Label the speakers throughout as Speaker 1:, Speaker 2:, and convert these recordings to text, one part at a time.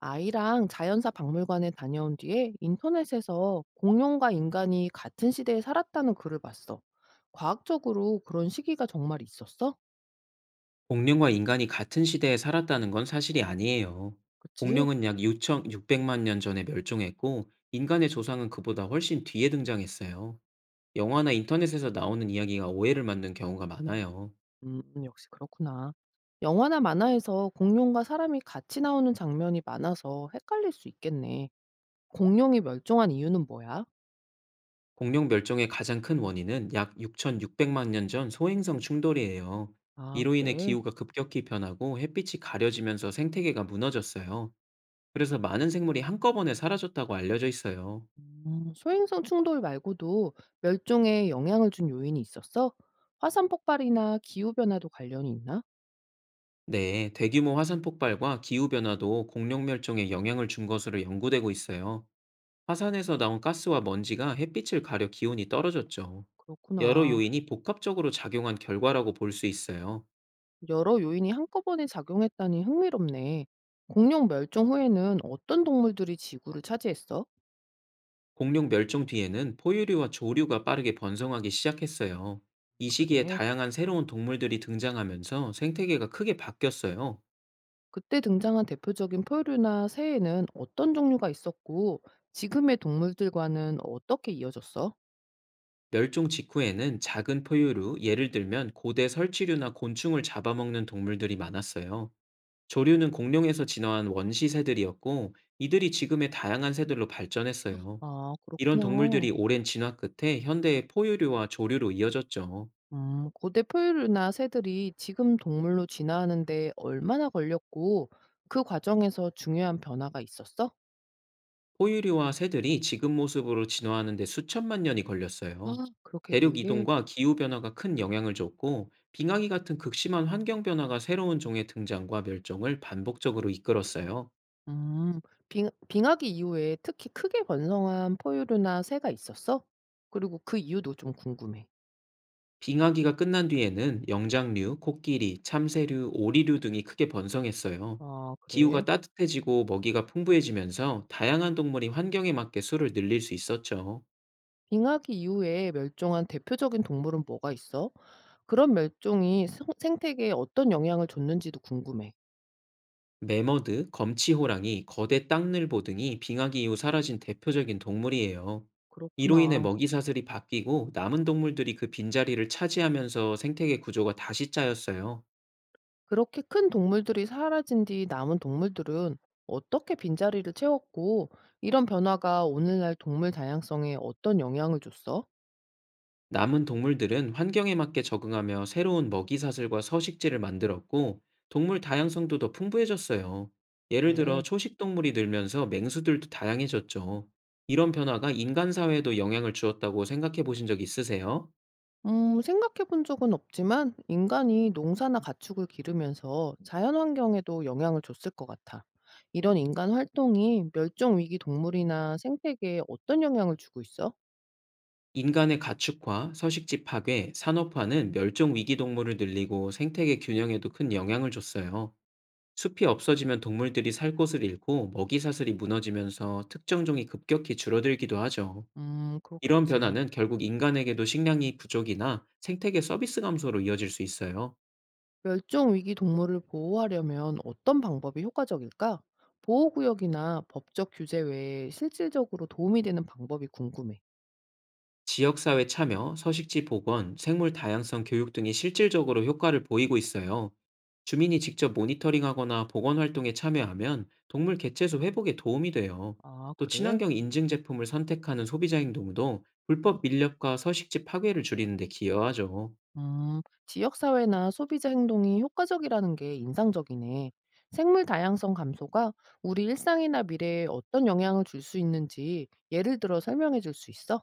Speaker 1: 아이랑 자연사 박물관에 다녀온 뒤에 인터넷에서 공룡과 인간이 같은 시대에 살았다는 글을 봤어. 과학적으로 그런 시기가 정말 있었어?
Speaker 2: 공룡과 인간이 같은 시대에 살았다는 건 사실이 아니에요.
Speaker 1: 그치?
Speaker 2: 공룡은 약 6,600만 년 전에 멸종했고, 인간의 조상은 그보다 훨씬 뒤에 등장했어요. 영화나 인터넷에서 나오는 이야기가 오해를 만든 경우가 많아요.
Speaker 1: 역시 그렇구나. 영화나 만화에서 공룡과 사람이 같이 나오는 장면이 많아서 헷갈릴 수 있겠네. 공룡이 멸종한 이유는 뭐야?
Speaker 2: 공룡 멸종의 가장 큰 원인은 약 6,600만 년 전 소행성 충돌이에요.
Speaker 1: 아,
Speaker 2: 이로 인해
Speaker 1: 그래.
Speaker 2: 기후가 급격히 변하고 햇빛이 가려지면서 생태계가 무너졌어요. 그래서 많은 생물이 한꺼번에 사라졌다고 알려져 있어요.
Speaker 1: 소행성 충돌 말고도 멸종에 영향을 준 요인이 있었어? 화산 폭발이나 기후변화도 관련이 있나?
Speaker 2: 네, 대규모 화산 폭발과 기후변화도 공룡 멸종에 영향을 준 것으로 연구되고 있어요. 화산에서 나온 가스와 먼지가 햇빛을 가려 기온이 떨어졌죠. 여러
Speaker 1: 그렇구나.
Speaker 2: 요인이 복합적으로 작용한 결과라고 볼 수 있어요.
Speaker 1: 여러 요인이 한꺼번에 작용했다니 흥미롭네. 공룡 멸종 후에는 어떤 동물들이 지구를 차지했어?
Speaker 2: 공룡 멸종 뒤에는 포유류와 조류가 빠르게 번성하기 시작했어요. 이
Speaker 1: 아,
Speaker 2: 시기에
Speaker 1: 그래.
Speaker 2: 다양한 새로운 동물들이 등장하면서 생태계가 크게 바뀌었어요.
Speaker 1: 그때 등장한 대표적인 포유류나 새에는 어떤 종류가 있었고, 지금의 동물들과는 어떻게 이어졌어?
Speaker 2: 멸종 직후에는 작은 포유류, 예를 들면 고대 설치류나 곤충을 잡아먹는 동물들이 많았어요. 조류는 공룡에서 진화한 원시 새들이었고 이들이 지금의 다양한 새들로 발전했어요.
Speaker 1: 아,
Speaker 2: 이런
Speaker 1: 그렇구나.
Speaker 2: 동물들이 오랜 진화 끝에 현대의 포유류와 조류로 이어졌죠.
Speaker 1: 고대 포유류나 새들이 지금 동물로 진화하는데 얼마나 걸렸고, 그 과정에서 중요한 변화가 있었어?
Speaker 2: 포유류와 새들이 지금 모습으로 진화하는데 수천만 년이
Speaker 1: 아,
Speaker 2: 걸렸어요.
Speaker 1: 그렇게
Speaker 2: 대륙
Speaker 1: 길게.
Speaker 2: 이동과 기후 변화가 큰 영향을 줬고 빙하기 같은 극심한 환경 변화가 새로운 종의 등장과 멸종을 반복적으로 이끌었어요.
Speaker 1: 음, 빙하기 이후에 특히 크게 번성한 포유류나 새가 있었어? 그리고 그 이유도 좀 궁금해.
Speaker 2: 빙하기가 끝난 뒤에는 영장류, 코끼리, 참새류, 오리류 등이 크게 번성했어요.
Speaker 1: 아, 그래.
Speaker 2: 기후가 따뜻해지고 먹이가 풍부해지면서 다양한 동물이 환경에 맞게 수를 늘릴 수 있었죠.
Speaker 1: 빙하기 이후에 멸종한 대표적인 동물은 뭐가 있어? 그런 생태계에 어떤 영향을 줬는지도 궁금해.
Speaker 2: 매머드, 검치호랑이, 거대 땅늘보 등이 빙하기 이후 사라진 대표적인 동물이에요. 이로 인해
Speaker 1: 그렇구나.
Speaker 2: 먹이 사슬이 바뀌고 남은 동물들이 그 빈자리를 차지하면서 생태계 구조가 다시 짜였어요.
Speaker 1: 그렇게 큰 동물들이 사라진 뒤 남은 동물들은 어떻게 빈자리를 채웠고, 이런 변화가 오늘날 동물 다양성에 어떤 영향을 줬어?
Speaker 2: 남은 동물들은 환경에 맞게 적응하며 새로운 먹이 사슬과 서식지를 만들었고 동물 다양성도 더 풍부해졌어요. 예를 들어
Speaker 1: 그래.
Speaker 2: 초식 동물이 늘면서 맹수들도 다양해졌죠. 이런 변화가 인간 사회에도 영향을 주었다고 생각해 보신 적 있으세요?
Speaker 1: 생각해 본 적은 없지만 인간이 농사나 가축을 기르면서 자연 환경에도 영향을 줬을 것 같아. 이런 인간 활동이 멸종 위기 동물이나 생태계에 어떤 영향을 주고 있어?
Speaker 2: 인간의 가축화, 서식지 파괴, 산업화는 멸종 위기 동물을 늘리고 생태계 균형에도 큰 영향을 줬어요. 숲이 없어지면 동물들이 살 곳을 잃고 먹이 사슬이 무너지면서 특정 종이 급격히 줄어들기도 하죠. 이런
Speaker 1: 그렇겠지.
Speaker 2: 변화는 결국 인간에게도 식량이 부족이나 생태계 서비스 감소로 이어질 수 있어요.
Speaker 1: 멸종 위기 동물을 보호하려면 어떤 방법이 효과적일까? 보호구역이나 법적 규제 외에 실질적으로 도움이 되는 방법이 궁금해.
Speaker 2: 지역사회 참여, 서식지 복원, 생물 다양성 교육 등이 실질적으로 효과를 보이고 있어요. 주민이 직접 모니터링하거나 복원 활동에 참여하면 동물 개체수 회복에 도움이 돼요.
Speaker 1: 아,
Speaker 2: 또
Speaker 1: 그래?
Speaker 2: 친환경 인증 제품을 선택하는 소비자 행동도 불법 밀렵과 서식지 파괴를 줄이는 데 기여하죠.
Speaker 1: 음, 지역사회나 소비자 행동이 효과적이라는 게 인상적이네. 생물 다양성 감소가 우리 일상이나 미래에 어떤 영향을 줄 수 있는지 예를 들어 설명해 줄 수 있어?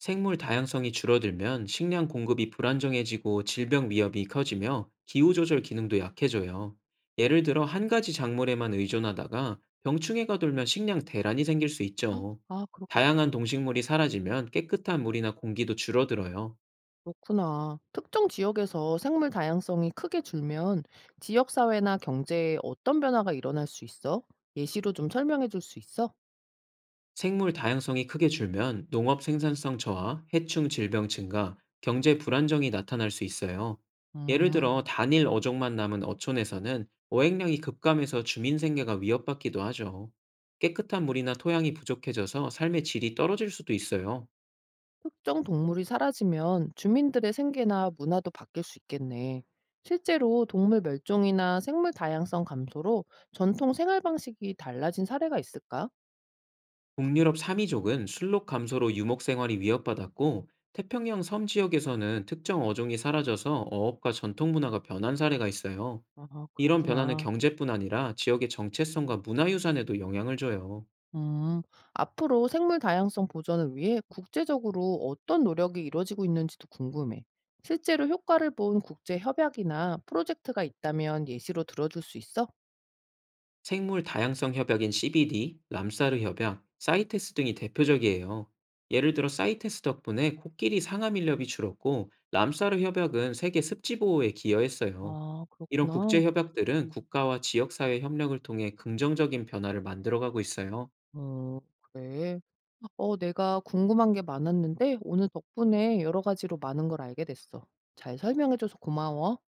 Speaker 2: 생물 다양성이 줄어들면 식량 공급이 불안정해지고 질병 위협이 커지며 기후조절 기능도 약해져요. 예를 들어 한 가지 작물에만 의존하다가 병충해가 돌면 식량 대란이 생길 수
Speaker 1: 아,
Speaker 2: 있죠.
Speaker 1: 아, 그렇겠다.
Speaker 2: 다양한 동식물이 사라지면 깨끗한 물이나 공기도 줄어들어요.
Speaker 1: 그렇구나. 특정 지역에서 생물 다양성이 크게 줄면 지역사회나 경제에 어떤 변화가 일어날 수 있어? 예시로 좀 설명해 줄 수 있어?
Speaker 2: 생물 다양성이 크게 줄면 농업 생산성 저하, 해충 질병 증가, 경제 불안정이 나타날 수 있어요. 예를 들어
Speaker 1: 음.
Speaker 2: 단일 어종만 남은 어촌에서는 어획량이 급감해서 주민 생계가 위협받기도 하죠. 깨끗한 물이나 토양이 부족해져서 삶의 질이 떨어질 수도 있어요.
Speaker 1: 특정 동물이 사라지면 주민들의 생계나 문화도 바뀔 수 있겠네. 실제로 동물 멸종이나 생물 다양성 감소로 전통 생활 방식이 달라진 사례가 있을까?
Speaker 2: 북유럽 사미족은 순록 감소로 유목 생활이 위협받았고 태평양 섬 지역에서는 특정 어종이 사라져서 어업과 전통 문화가 변한 사례가 있어요.
Speaker 1: 아,
Speaker 2: 이런 변화는
Speaker 1: 그렇구나.
Speaker 2: 경제뿐 아니라 지역의 정체성과 문화유산에도 영향을 줘요.
Speaker 1: 음, 앞으로 생물 다양성 보전을 위해 국제적으로 어떤 노력이 이루어지고 있는지도 궁금해. 실제로 효과를 본 국제 협약이나 프로젝트가 있다면 예시로 들어줄 수 있어?
Speaker 2: 생물 다양성 협약인 CBD, 람사르 협약, 사이테스 등이 대표적이에요. 예를 들어 사이테스 덕분에 코끼리 상암 인력이 줄었고 람사르 협약은 세계 습지 보호에 기여했어요.
Speaker 1: 아,
Speaker 2: 이런
Speaker 1: 그렇구나.
Speaker 2: 국제 협약들은 국가와 지역 사회 협력을 통해 긍정적인 변화를 만들어가고 있어요.
Speaker 1: 어 그래? 어 내가 궁금한 게 많았는데 오늘 덕분에 여러 가지로 많은 걸 알게 됐어. 잘 설명해 줘서 고마워.